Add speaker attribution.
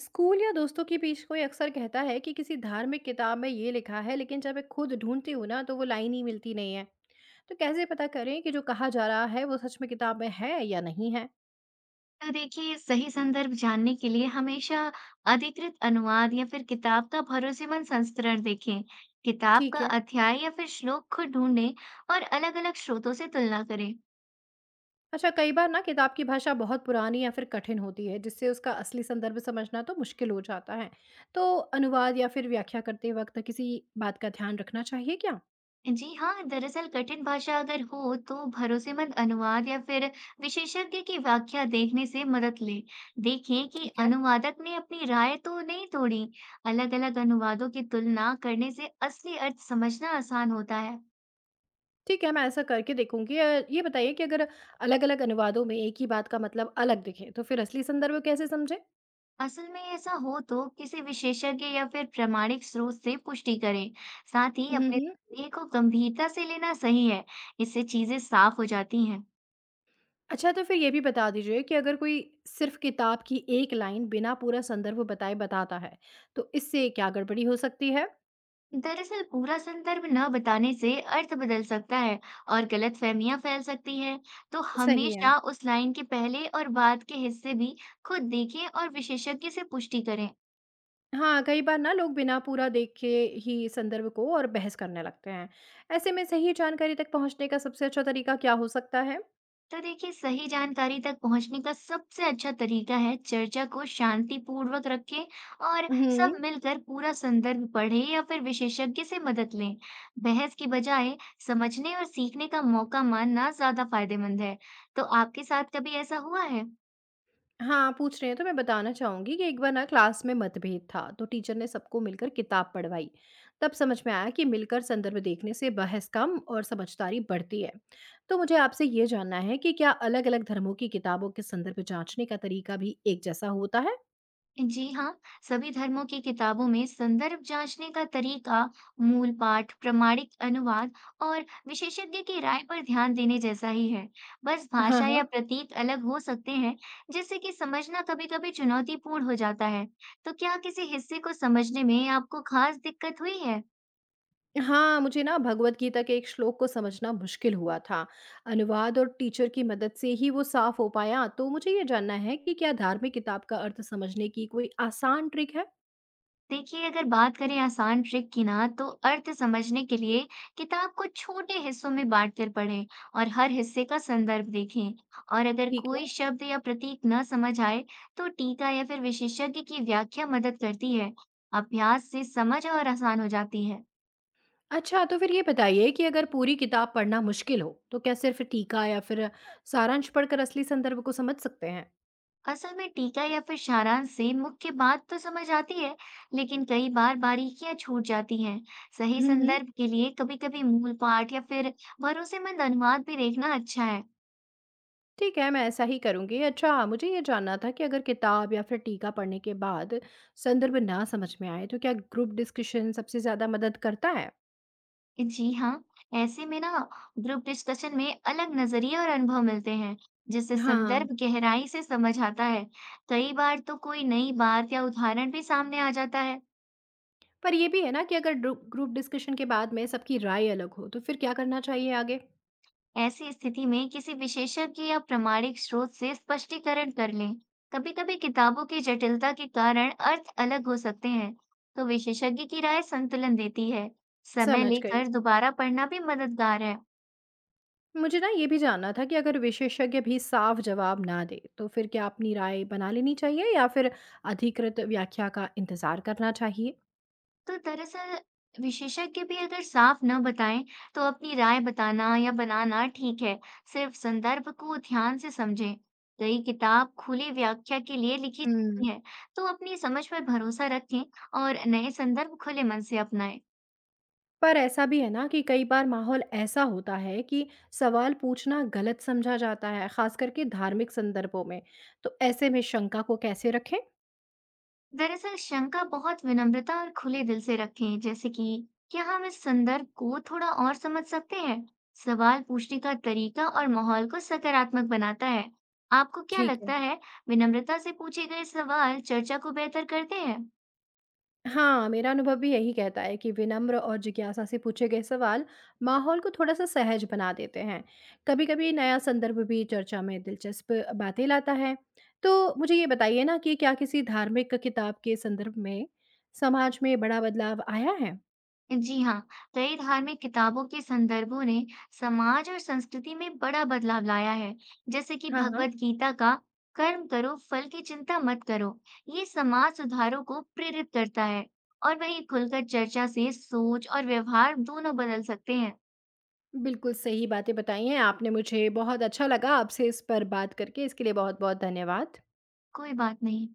Speaker 1: School या दोस्तों के बीच कोई अक्सर कहता है कि किसी धार्मिक किताब में ये लिखा है, लेकिन जब मैं खुद ढूंढती हूँ ना तो वो लाइन ही मिलती नहीं है। तो कैसे पता करें कि जो कहा जा रहा है वो सच में किताब में है या नहीं है?
Speaker 2: तो देखिए, सही संदर्भ जानने के लिए हमेशा अधिकृत अनुवाद या फिर किताब का भरोसेमंद संस्करण देखें। किताब
Speaker 1: ठीक
Speaker 2: का
Speaker 1: है।
Speaker 2: अध्याय या फिर श्लोक खुद ढूंढें और अलग-अलग स्रोतों से तुलना करें।
Speaker 1: अच्छा, कई बार ना किताब की भाषा बहुत पुरानी या फिर कठिन होती है, जिससे उसका असली संदर्भ समझना तो मुश्किल हो जाता है। तो अनुवाद या फिर व्याख्या करते वक्त किसी बात का ध्यान रखना चाहिए क्या?
Speaker 2: जी हाँ, दरअसल कठिन भाषा अगर हो तो भरोसेमंद अनुवाद या फिर विशेषज्ञ की व्याख्या देखने से मदद लें। देखें कि
Speaker 1: ठीक है।
Speaker 2: अनुवादक ने अपनी राय तो नहीं तोड़ी। अलग-अलग अनुवादों की तुलना करने से असली अर्थ समझना आसान होता है।
Speaker 1: ठीक है, मैं ऐसा करके देखूँगी। ये बताइए कि अगर अलग-अलग अनुवादों में एक ही बात का मतलब अलग दिखे, तो फिर असली संदर्भ कैसे समझें?
Speaker 2: असल में ऐसा हो तो किसी विशेषज्ञ या फिर प्रामाणिक स्रोत से पुष्टि करें। साथ ही
Speaker 1: हुँ,
Speaker 2: अपने
Speaker 1: हुँ।
Speaker 2: संदेह को गंभीरता से लेना सही है। इससे चीजें साफ हो जाती हैं।
Speaker 1: अच्छा, तो फिर ये भी बता दीजिए कि अगर कोई सिर्फ़ किताब की एक लाइन बिना पूरा संदर्भ बताए बताता है, तो इससे क्या गड़बड़ी हो सकती है?
Speaker 2: दरअसल पूरा संदर्भ न बताने से अर्थ बदल सकता है और गलतफहमियां फैल सकती है। तो
Speaker 1: सही है।
Speaker 2: हमेशा उस लाइन के पहले और बाद के हिस्से भी खुद देखें और विशेषज्ञ से पुष्टि करें।
Speaker 1: हाँ, कई बार ना लोग बिना पूरा देखे ही संदर्भ को और बहस करने लगते हैं। ऐसे में सही जानकारी तक पहुँचने का सबसे अच्छा तरीका क्या हो सकता है?
Speaker 2: तो देखिए, सही जानकारी तक पहुंचने का सबसे अच्छा तरीका है चर्चा को शांतिपूर्वक रखें और सब
Speaker 1: हुँ।
Speaker 2: मिलकर पूरा संदर्भ पढ़ें या फिर विशेषज्ञ से मदद लें। बहस की बजाय समझने और सीखने का मौका मानना ज्यादा फायदेमंद है। तो आपके साथ कभी ऐसा हुआ है?
Speaker 1: हाँ, पूछ रहे हैं तो मैं बताना चाहूँगी कि एक बार ना क्लास में मतभेद था तो टीचर ने सबको मिलकर किताब पढ़वाई। तब समझ में आया कि मिलकर संदर्भ देखने से बहस कम और समझदारी बढ़ती है। तो मुझे आपसे ये जानना है कि क्या अलग-अलग धर्मों की किताबों के संदर्भ जांचने का तरीका भी एक जैसा होता है?
Speaker 2: जी हाँ, सभी धर्मों की किताबों में संदर्भ जांचने का तरीका, मूल पाठ, प्रामाणिक अनुवाद और विशेषज्ञ की राय पर ध्यान देने जैसा ही है। बस
Speaker 1: हाँ,
Speaker 2: भाषा
Speaker 1: हाँ।
Speaker 2: या प्रतीक अलग हो सकते हैं, जिससे कि समझना कभी-कभी चुनौतीपूर्ण हो जाता है। तो क्या किसी हिस्से को समझने में आपको खास दिक्कत हुई है?
Speaker 1: हाँ, मुझे ना भगवद गीता के एक श्लोक को समझना मुश्किल हुआ था। अनुवाद और टीचर की मदद से ही वो साफ हो पाया। तो मुझे ये जानना है कि क्या धार्मिक किताब का अर्थ समझने की कोई आसान ट्रिक है?
Speaker 2: देखिए, अगर बात करें आसान ट्रिक की ना, तो अर्थ समझने के लिए किताब को छोटे हिस्सों में बांटकर पढ़ें और हर हिस्से का संदर्भ देखें। और अगर
Speaker 1: ठीक है।
Speaker 2: कोई शब्द या प्रतीक न समझ आए तो टीका या फिर विशेषज्ञ की व्याख्या मदद करती है। अभ्यास से समझ और आसान हो जाती है।
Speaker 1: अच्छा, तो फिर ये बताइए कि अगर पूरी किताब पढ़ना मुश्किल हो, तो क्या सिर्फ़ टीका या फिर सारांश पढ़कर असली संदर्भ को समझ सकते हैं?
Speaker 2: असल में टीका या फिर सारांश से मुख्य बात तो समझ आती है, लेकिन कई बार बारीकियां छूट जाती हैं। सही
Speaker 1: हुँ, हुँ।
Speaker 2: संदर्भ के लिए कभी-कभी मूल पाठ या फिर भरोसेमंद अनुवाद भी देखना अच्छा है।
Speaker 1: ठीक है, मैं ऐसा ही करूँगी। अच्छा, मुझे ये जानना था कि अगर किताब या फिर टीका पढ़ने के बाद संदर्भ ना समझ में आए, तो क्या ग्रुप डिस्कशन सबसे ज़्यादा मदद करता है?
Speaker 2: जी हाँ, ऐसे में ना, ग्रुप डिस्कशन में अलग नजरिए और अनुभव मिलते हैं, जिससे
Speaker 1: हाँ,
Speaker 2: संदर्भ गहराई से समझ आता है। कई बार तो कोई नई बात या उदाहरण भी सामने आ जाता है।
Speaker 1: पर ये भी है ना कि अगर ड्रू ग्रुप डिस्कशन के बाद में सबकी राय अलग हो, तो फिर क्या करना चाहिए आगे?
Speaker 2: ऐसी स्थिति में किसी विशेषज्ञ या प्रामाणिक स्रोत से स्पष्टीकरण कर लें। कभी-कभी किताबों की जटिलता के कारण अर्थ अलग हो सकते हैं, तो विशेषज्ञ की राय संतुलन देती है। समय
Speaker 1: समझ गई।
Speaker 2: लेकर दोबारा पढ़ना भी मददगार है।
Speaker 1: मुझे ना ये भी जानना था कि अगर विशेषज्ञ भी साफ जवाब ना दे तो फिर क्या अपनी राय बना लेनी चाहिए या फिर अधिकृत व्याख्या का इंतजार करना चाहिए?
Speaker 2: तो दरअसल विशेषज्ञ भी अगर साफ न बताएं तो अपनी राय बताना या बनाना ठीक है। सिर्फ संदर्भ को ध्यान से समझें। कई किताब खुली व्याख्या के लिए लिखी
Speaker 1: हम्म।
Speaker 2: जाती है, तो अपनी समझ पर भरोसा रखें और नए संदर्भ खुले मन से अपनाएं।
Speaker 1: पर ऐसा भी है ना कि कई बार माहौल ऐसा होता है कि सवाल पूछना गलत समझा जाता है, खास करके धार्मिक संदर्भों में। तो ऐसे में शंका को कैसे रखें?
Speaker 2: दरअसल शंका बहुत विनम्रता और खुले दिल से रखें, जैसे कि क्या हम इस संदर्भ को थोड़ा और समझ सकते हैं। सवाल पूछने का तरीका और माहौल को सकारात्मक बनाता है। आपको क्या
Speaker 1: ठीक है।
Speaker 2: लगता है? विनम्रता से पूछे गए सवाल चर्चा को बेहतर करते हैं।
Speaker 1: हाँ, मेरा अनुभव भी यही कहता है कि विनम्र और जिज्ञासा से पूछे गए सवाल माहौल को थोड़ा-सा सहज बना देते हैं। कभी-कभी नया संदर्भ भी चर्चा में दिलचस्प बातें लाता है। तो मुझे ये बताइए ना कि क्या किसी धार्मिक किताब के संदर्भ में समाज में बड़ा बदलाव आया है?
Speaker 2: जी हाँ, कई धार्मिक किताबों के संदर्भों ने समाज और संस्कृति में बड़ा बदलाव लाया है, जैसे कि
Speaker 1: हाँ, हाँ।
Speaker 2: भगवत गीता का कर्म करो, फल की चिंता मत करो। ये समाज सुधारों को प्रेरित करता है और वही खुलकर चर्चा से सोच और व्यवहार दोनों बदल सकते हैं।
Speaker 1: बिल्कुल सही बातें बताई हैं आपने मुझे। बहुत अच्छा लगा आपसे इस पर बात करके। इसके लिए बहुत-बहुत धन्यवाद।
Speaker 2: कोई बात नहीं।